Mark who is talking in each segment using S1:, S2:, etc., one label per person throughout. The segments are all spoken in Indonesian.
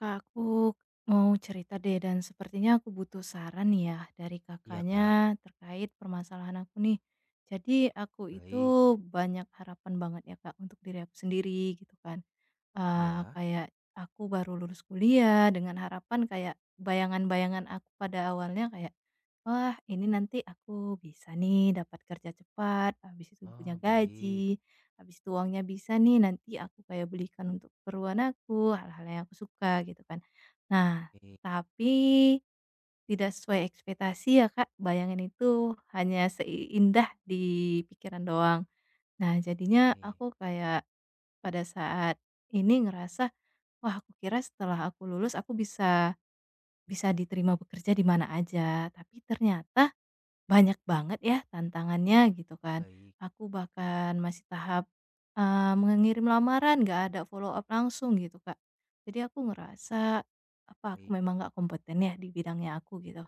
S1: Kak, aku mau cerita deh dan sepertinya aku butuh saran ya dari
S2: Iya, Kak.
S1: Kakaknya terkait permasalahan aku nih. Jadi aku itu
S2: Baik.
S1: banyak harapan banget ya Kak untuk diri aku sendiri gitu kan. Eee,
S2: Iya.
S1: kayak aku baru lulus kuliah dengan harapan kayak bayangan-bayangan aku pada awalnya kayak, "Wah, ini nanti aku bisa nih dapat kerja cepat, habis itu punya
S2: Oh, baik.
S1: gaji, habis itu uangnya bisa nih nanti aku kayak belikan untuk keperluan aku, hal-hal yang aku suka," gitu kan. Nah,
S2: Oke
S1: tapi tidak sesuai ekspektasi ya, Kak, bayangan itu hanya seindah di pikiran doang. Nah, jadinya
S2: oke.
S1: aku kayak pada saat ini ngerasa, wah, aku kira setelah aku lulus aku bisa bisa diterima bekerja di mana aja, tapi ternyata banyak banget ya tantangannya gitu kan.
S2: Baik
S1: Aku bahkan masih tahap, mengirim lamaran nggak ada follow up langsung gitu, Kak. Jadi aku ngerasa, apa aku
S2: baik,
S1: memang nggak kompeten ya di bidangnya aku gitu?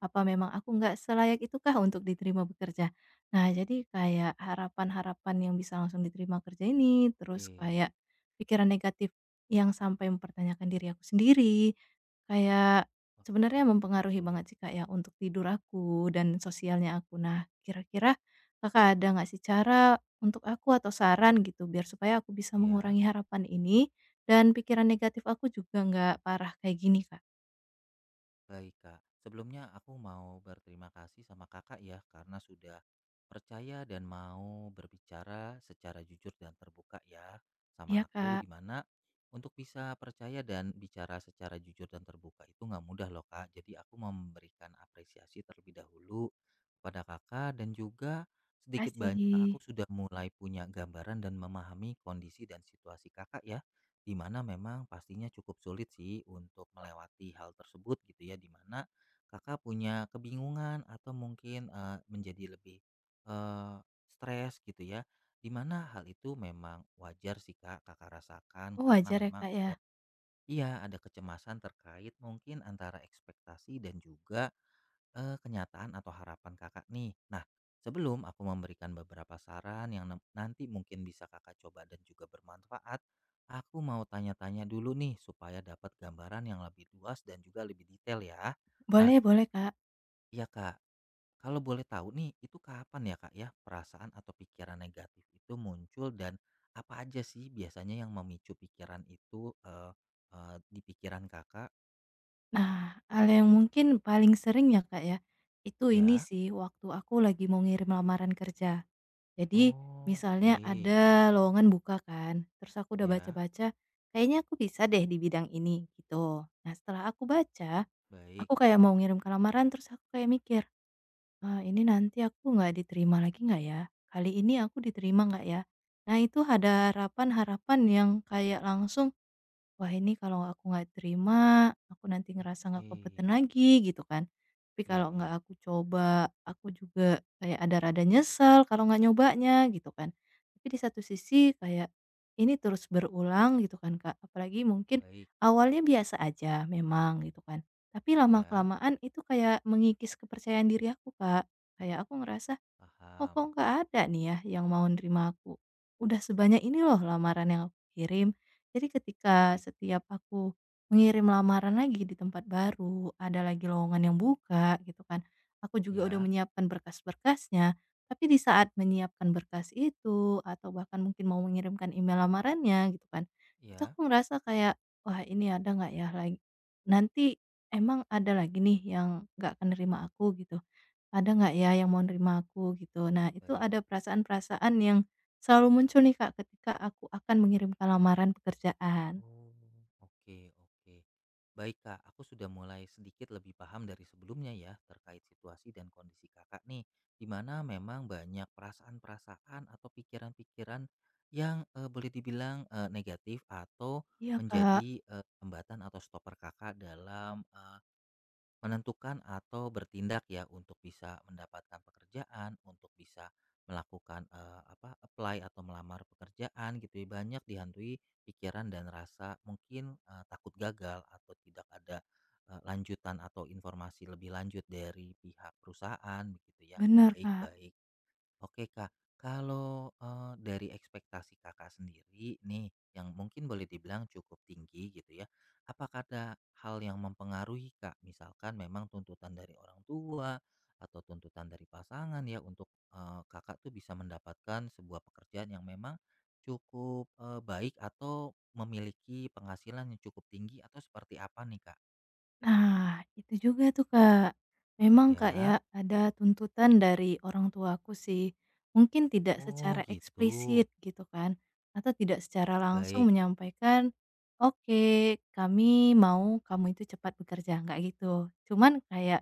S1: Apa memang aku nggak selayak itukah untuk diterima bekerja? Nah, jadi kayak harapan-harapan yang bisa langsung diterima kerja ini, terus
S2: oke.
S1: kayak pikiran negatif yang sampai mempertanyakan diri aku sendiri, kayak
S2: Wah,
S1: sebenarnya
S2: pasti cukup
S1: mempengaruhi
S2: sulit.
S1: banget sih, Kak, ya, untuk tidur aku dan sosialnya aku. Nah, kira-kira Kakak ada nggak sih cara untuk aku atau saran gitu biar supaya aku bisa
S2: Iya.
S1: mengurangi harapan ini dan pikiran negatif aku juga nggak parah kayak gini, Kak?
S2: Baik Kak, sebelumnya aku mau berterima kasih sama Kakak ya karena sudah percaya dan mau berbicara secara jujur dan terbuka ya sama
S1: Iya,
S2: aku,
S1: Kak.
S2: di mana untuk bisa percaya dan bicara secara jujur dan terbuka itu nggak mudah loh Kak. Jadi aku mau memberikan apresiasi terlebih dahulu kepada Kakak, dan juga sedikit banyak
S1: Kasih.
S2: aku sudah mulai punya gambaran dan memahami kondisi dan situasi Kakak ya. Di mana memang pastinya cukup sulit sih untuk melewati hal tersebut gitu ya, di mana Kakak punya kebingungan atau mungkin, menjadi lebih, eee, stres gitu ya, di mana hal itu memang wajar sih Kak, Kakak rasakan
S1: Oh,
S2: karena
S1: wajar ya,
S2: memang
S1: Kak, ya?
S2: ada iya, ada kecemasan terkait mungkin antara ekspektasi dan juga eh kenyataan atau harapan Kakak nih. Nah, sebelum aku memberikan beberapa saran yang nem nanti mungkin bisa Kakak coba dan juga bermanfaat, aku mau tanya-tanya dulu nih supaya dapat gambaran yang lebih luas dan juga lebih detail ya. Nah,
S1: Boleh boleh, Kak.
S2: iya Kak, kalau boleh tahu nih itu kapan ya Kak ya perasaan atau pikiran negatif itu muncul, dan apa aja sih biasanya yang memicu pikiran itu, eee eee, di pikiran Kakak?
S1: Nah, hal yang mungkin paling sering ya, Kak, ya, itu ini
S2: Ya?
S1: sih waktu aku lagi mau ngirim lamaran kerja. Jadi
S2: Oh,
S1: misalnya
S2: oke.
S1: ada lowongan buka kan, terus aku udah
S2: Ya,
S1: baca-baca, kayaknya aku bisa deh di bidang ini, gitu. Nah, setelah aku baca,
S2: baik.
S1: aku kayak mau ngirim ke lamaran terus aku kayak mikir, "Ini nanti aku nggak diterima lagi nggak ya? Kali ini aku diterima nggak ya?" Nah, itu ada harapan-harapan yang kayak langsung, wah, ini kalau aku nggak terima, aku nanti ngerasa nggak
S2: Oke,
S1: kompeten lagi gitu kan. Tapi
S2: iya
S1: kalau nggak
S2: iya,
S1: aku coba, aku juga kayak ada rada nyesel kalau nggak nyobanya gitu kan. Tapi di satu sisi kayak ini terus berulang gitu kan, Kak. Apalagi mungkin
S2: baik,
S1: awalnya biasa aja memang gitu kan. Tapi
S2: ya,
S1: lama-kelamaan itu kayak mengikis kepercayaan diri aku, Kak. Kayak aku ngerasa, oh,
S2: paham,
S1: kok nggak ada nih ya yang mau nerima aku? Udah sebanyak ini loh lamaran yang aku kirim. Jadi ketika
S2: baik,
S1: setiap aku mengirim lamaran lagi di tempat baru, ada lagi lowongan yang buka gitu kan. Aku juga udah
S2: ya,
S1: menyiapkan berkas-berkasnya, tapi di saat menyiapkan berkas itu atau bahkan mungkin mau mengirimkan email lamarannya gitu kan. Itu
S2: ya,
S1: aku merasa kayak, wah, ini ada nggak ya lagi nanti emang ada lagi nih yang nggak akan nerima aku gitu. Ada nggak ya yang mau nerima aku gitu. Nah, itu
S2: baik.
S1: ada perasaan-perasaan yang selalu muncul nih, Kak, ketika aku akan mengirimkan lamaran pekerjaan.
S2: Oh, oke, oke. Baik Kak, aku sudah mulai sedikit lebih paham dari sebelumnya ya terkait situasi dan kondisi Kakak nih, di mana memang banyak perasaan-perasaan atau pikiran-pikiran yang eh, boleh dibilang eh, negatif atau
S1: Iya, Kak.
S2: menjadi eh, hambatan atau stopper Kakak dalam menentukan atau bertindak ya untuk bisa mendapatkan pekerjaan, untuk bisa melakukan eh, apa apply atau melamar pekerjaan gitu ya, banyak dihantui pikiran dan rasa mungkin eh, takut gagal atau tidak ada eh, lanjutan atau informasi lebih lanjut dari pihak perusahaan begitu ya.
S1: Benar,
S2: Baik,
S1: Kak.
S2: baik. Oke Kak, kalau, dari ekspektasi Kakak sendiri nih, yang mungkin boleh dibilang cukup tinggi gitu ya, apakah ada hal yang mempengaruhi Kak? Misalkan memang tuntutan dari orang tua, atau tuntutan dari pasangan ya untuk, Kakak tuh bisa mendapatkan sebuah pekerjaan yang memang cukup, baik atau memiliki penghasilan yang cukup tinggi atau seperti apa nih Kak?
S1: Nah, itu juga tuh, Kak. Memang, Kak,
S2: Ya?
S1: ya ada tuntutan dari orang tuaku sih. Mungkin tidak
S2: Oh
S1: secara
S2: gitu,
S1: eksplisit gitu kan, atau tidak secara langsung
S2: baik
S1: menyampaikan, "Oke, kami mau kamu itu cepat bekerja." Nggak gitu. Cuman kayak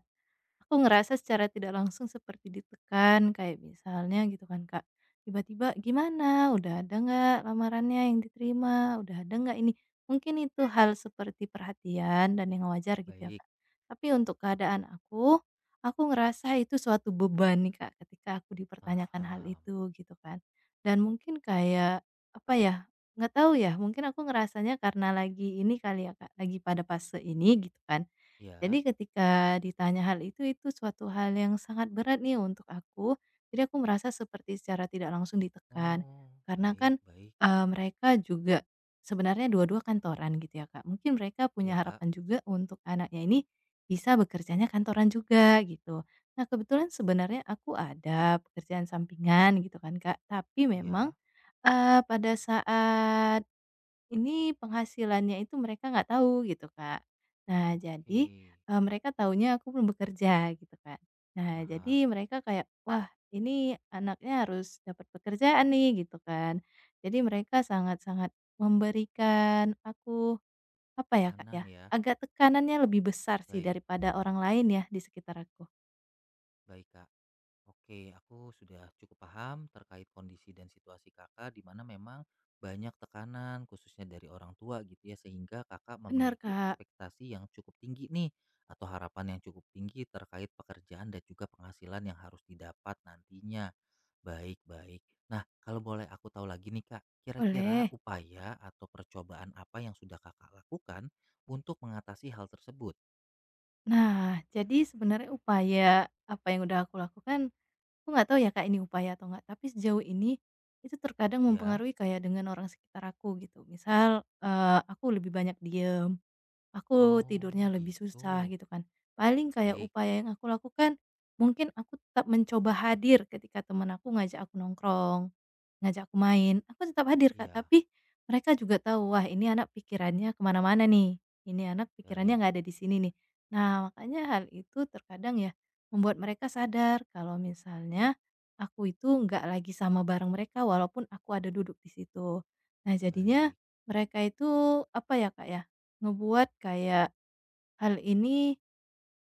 S1: aku ngerasa secara tidak langsung seperti ditekan, kayak misalnya gitu kan, Kak, tiba-tiba, "Gimana, udah ada nggak lamarannya yang diterima? Udah ada nggak ini?" Mungkin itu hal seperti perhatian dan yang wajar gitu ya,
S2: baik,
S1: Kak. Tapi untuk keadaan aku ngerasa itu suatu beban nih, Kak, ketika aku dipertanyakan hal
S2: paham,
S1: itu gitu kan. Dan mungkin kayak, apa ya, nggak tahu ya, mungkin aku ngerasanya karena lagi ini kali ya, Kak, lagi pada fase ini gitu kan, jadi
S2: ya.
S1: ketika ditanya hal itu suatu hal yang sangat berat nih untuk aku. Jadi aku merasa seperti secara tidak langsung ditekan.
S2: Oh,
S1: Karena
S2: baik
S1: kan,
S2: baik.
S1: mereka juga sebenarnya dua-dua kantoran gitu ya, Kak. Mungkin mereka
S2: Ya
S1: punya
S2: Kak.
S1: harapan juga untuk anaknya ini bisa bekerjanya kantoran juga gitu. Nah, kebetulan sebenarnya aku ada pekerjaan sampingan gitu kan, Kak. Tapi memang,
S2: Ya.
S1: pada saat ini penghasilannya itu mereka nggak tahu gitu, Kak. Nah,
S2: Oke,
S1: jadi, mereka taunya aku belum bekerja gitu kan. Nah,
S2: paham.
S1: jadi mereka kayak, "Wah, ini anaknya harus dapat pekerjaan nih," gitu kan. Jadi mereka sangat-sangat memberikan aku, apa ya, Kak,
S2: Tekanan
S1: ya,
S2: ya.
S1: agak tekanannya lebih besar sih
S2: Baik
S1: daripada orang lain ya di sekitar aku.
S2: baik, Kak. Oke, aku sudah cukup paham terkait kondisi dan situasi kakak di mana memang banyak tekanan khususnya dari orang tua gitu ya, sehingga kakak
S1: Benar,
S2: memiliki
S1: Kak,
S2: ekspektasi yang cukup tinggi nih, atau harapan yang cukup tinggi terkait pekerjaan dan juga penghasilan yang harus didapat nantinya. Baik, baik. Nah, kalau boleh aku tahu lagi nih Kak, kira-kira
S1: boleh.
S2: upaya atau percobaan apa yang sudah kakak lakukan untuk mengatasi hal tersebut?
S1: Nah, jadi sebenarnya upaya apa yang udah aku lakukan, aku nggak tahu ya Kak ini upaya atau nggak, tapi sejauh ini itu terkadang
S2: Ya.
S1: mempengaruhi kayak dengan orang sekitar aku gitu. Misal, aku lebih banyak diem, aku
S2: Oh,
S1: tidurnya lebih susah
S2: gitu.
S1: gitu kan. Paling kayak
S2: Baik.
S1: upaya yang aku lakukan, mungkin aku tetap mencoba hadir ketika temen aku ngajak aku nongkrong. Ngajak aku main, aku tetap hadir Kak,
S2: Iya,
S1: tapi mereka juga tahu, wah ini anak pikirannya kemana mana-mana nih, ini anak pikirannya
S2: baik.
S1: nggak ada di sini nih. Nah makanya hal itu terkadang ya, membuat mereka sadar kalau misalnya aku itu nggak lagi sama bareng mereka walaupun aku ada duduk di situ. Nah jadinya
S2: Baik,
S1: mereka itu apa ya Kak ya, ngebuat kayak hal ini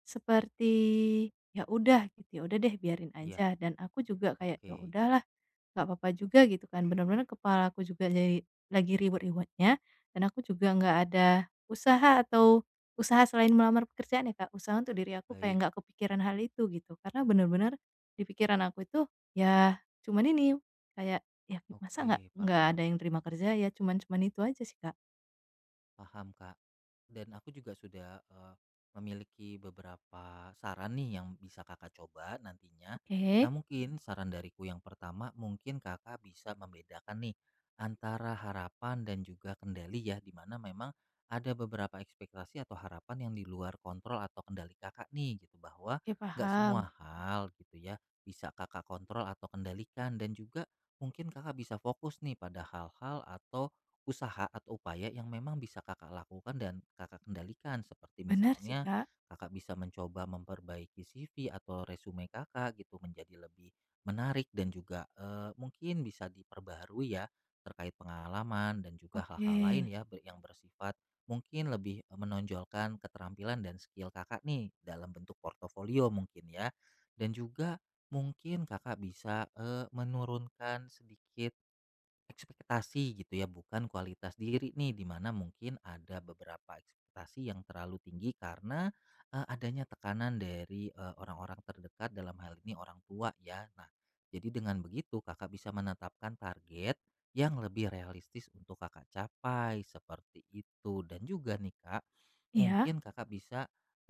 S1: seperti, ya udah gitu, ya udah deh biarin
S2: iya,
S1: aja dan aku juga kayak, ya
S2: oke,
S1: udahlah nggak apa-apa juga gitu kan, benar-benar kepala aku juga jadi lagi ribut-ributnya dan aku juga nggak ada usaha selain melamar pekerjaan ya, Kak, usaha untuk diri aku kayak
S2: baik,
S1: nggak kepikiran hal itu gitu. Karena benar-benar di pikiran aku itu, ya cuman ini, kayak, ya masa nggak
S2: oke,
S1: nggak ada
S2: paham.
S1: yang terima kerja ya, cuman cuman itu aja sih, Kak.
S2: Paham, Kak. Dan aku juga sudah, memiliki beberapa saran nih yang bisa Kakak coba nantinya.
S1: Oke,
S2: Nah, mungkin saran dariku yang pertama mungkin Kakak bisa membedakan nih antara harapan dan juga kendali ya, di mana memang ada beberapa ekspektasi atau harapan yang di luar kontrol atau kendali Kakak nih gitu, bahwa
S1: oke
S2: nggak
S1: paham.
S2: semua hal gitu ya bisa Kakak kontrol atau kendalikan, dan juga mungkin Kakak bisa fokus nih pada hal-hal atau usaha atau upaya yang memang bisa Kakak lakukan dan Kakak kendalikan. Seperti
S1: Benar sih,
S2: misalnya
S1: Kak.
S2: Kakak bisa mencoba memperbaiki CV atau resume Kakak gitu menjadi lebih menarik dan juga eh, mungkin bisa diperbaharui ya terkait pengalaman dan juga
S1: Oke.
S2: hal-hal lain ya ber- yang bersifat mungkin lebih eh, menonjolkan keterampilan dan skill kakak nih dalam bentuk portofolio mungkin ya, dan juga mungkin kakak bisa eh, menurunkan sedikit ekspektasi gitu ya, bukan kualitas diri nih, di mana mungkin ada beberapa ekspektasi yang terlalu tinggi karena, adanya tekanan dari, orang-orang terdekat dalam hal ini orang tua ya. Nah, jadi dengan begitu Kakak bisa menetapkan target yang lebih realistis untuk Kakak capai, seperti itu. Dan juga nih Kak,
S1: Iya.
S2: mungkin Kakak bisa,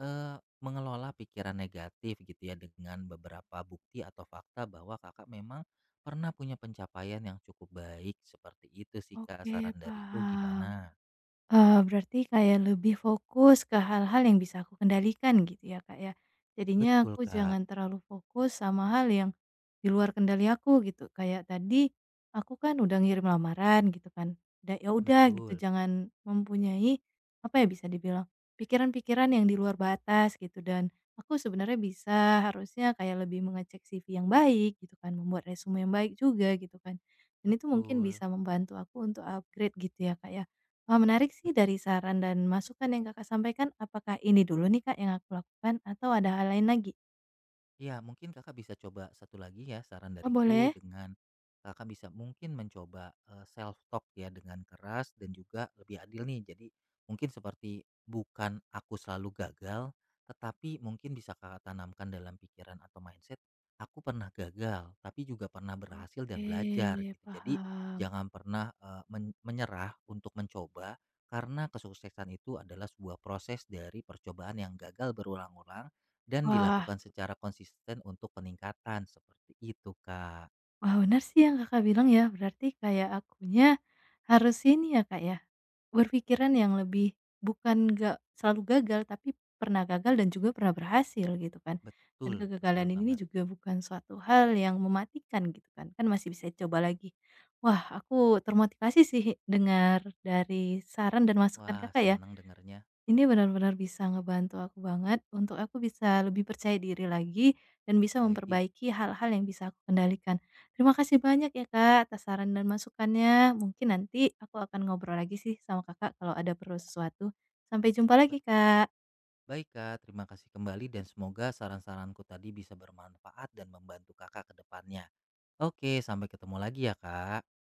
S2: mengelola pikiran negatif gitu ya, dengan beberapa bukti atau fakta bahwa Kakak memang pernah punya pencapaian yang cukup baik, seperti itu sih Kak,
S1: Oke,
S2: saran dariku
S1: paham.
S2: gimana?
S1: Berarti kayak lebih fokus ke hal-hal yang bisa aku kendalikan gitu ya, Kak, ya. Jadinya
S2: Betul
S1: aku
S2: Kak,
S1: jangan terlalu fokus sama hal yang di luar kendali aku gitu. Kayak tadi aku kan udah ngirim lamaran gitu kan, da ya udah gitu
S2: betul,
S1: jangan mempunyai apa ya, bisa dibilang pikiran-pikiran yang di luar batas gitu dan aku sebenarnya bisa harusnya kayak lebih mengecek CV yang baik gitu kan, membuat resume yang baik juga gitu kan. Dan itu mungkin
S2: betul.
S1: bisa membantu aku untuk upgrade gitu ya, Kak, ya. Wah, menarik sih dari saran dan masukan yang Kakak sampaikan. Apakah ini dulu nih, Kak, yang aku lakukan atau ada hal lain lagi?
S2: Iya, mungkin Kakak bisa coba satu lagi ya saran
S1: Oh,
S2: dariku
S1: boleh?
S2: dengan Kakak bisa mungkin mencoba eh, self talk ya dengan keras dan juga lebih adil nih. Jadi mungkin seperti bukan aku selalu gagal, tetapi mungkin bisa Kakak tanamkan dalam pikiran atau mindset, aku pernah gagal, tapi juga pernah berhasil dan
S1: Oke,
S2: belajar gitu. Jadi
S1: paham.
S2: jangan pernah eh, men- menyerah untuk mencoba karena kesuksesan itu adalah sebuah proses dari percobaan yang gagal berulang-ulang dan
S1: Wah,
S2: dilakukan secara konsisten untuk peningkatan, seperti itu, Kak.
S1: wah benar sih yang Kakak bilang ya. Berarti kayak akunya harus ini ya, Kak, ya. Berpikiran yang lebih bukan nggak selalu gagal, tapi pernah gagal dan juga pernah berhasil gitu kan. Dan
S2: Betul, betul
S1: kegagalan ini
S2: banget.
S1: juga bukan suatu hal yang mematikan gitu kan, kan masih bisa coba lagi. Wah, aku termotivasi sih dengar dari saran dan masukan
S2: Wah,
S1: Kakak ya.
S2: senang dengernya.
S1: Ini benar-benar bisa ngebantu aku banget untuk aku bisa lebih percaya diri lagi dan bisa
S2: Baik.
S1: memperbaiki hal-hal yang bisa aku kendalikan. Terima kasih banyak ya Kak atas saran dan masukannya. Mungkin nanti aku akan ngobrol lagi sih sama Kakak kalau ada perlu sesuatu. Sampai jumpa
S2: Ba
S1: lagi Kak.
S2: baik, Kak, terima kasih kembali dan semoga saran-saranku tadi bisa bermanfaat dan membantu Kakak ke depannya. Oke, sampai ketemu lagi ya, Kak.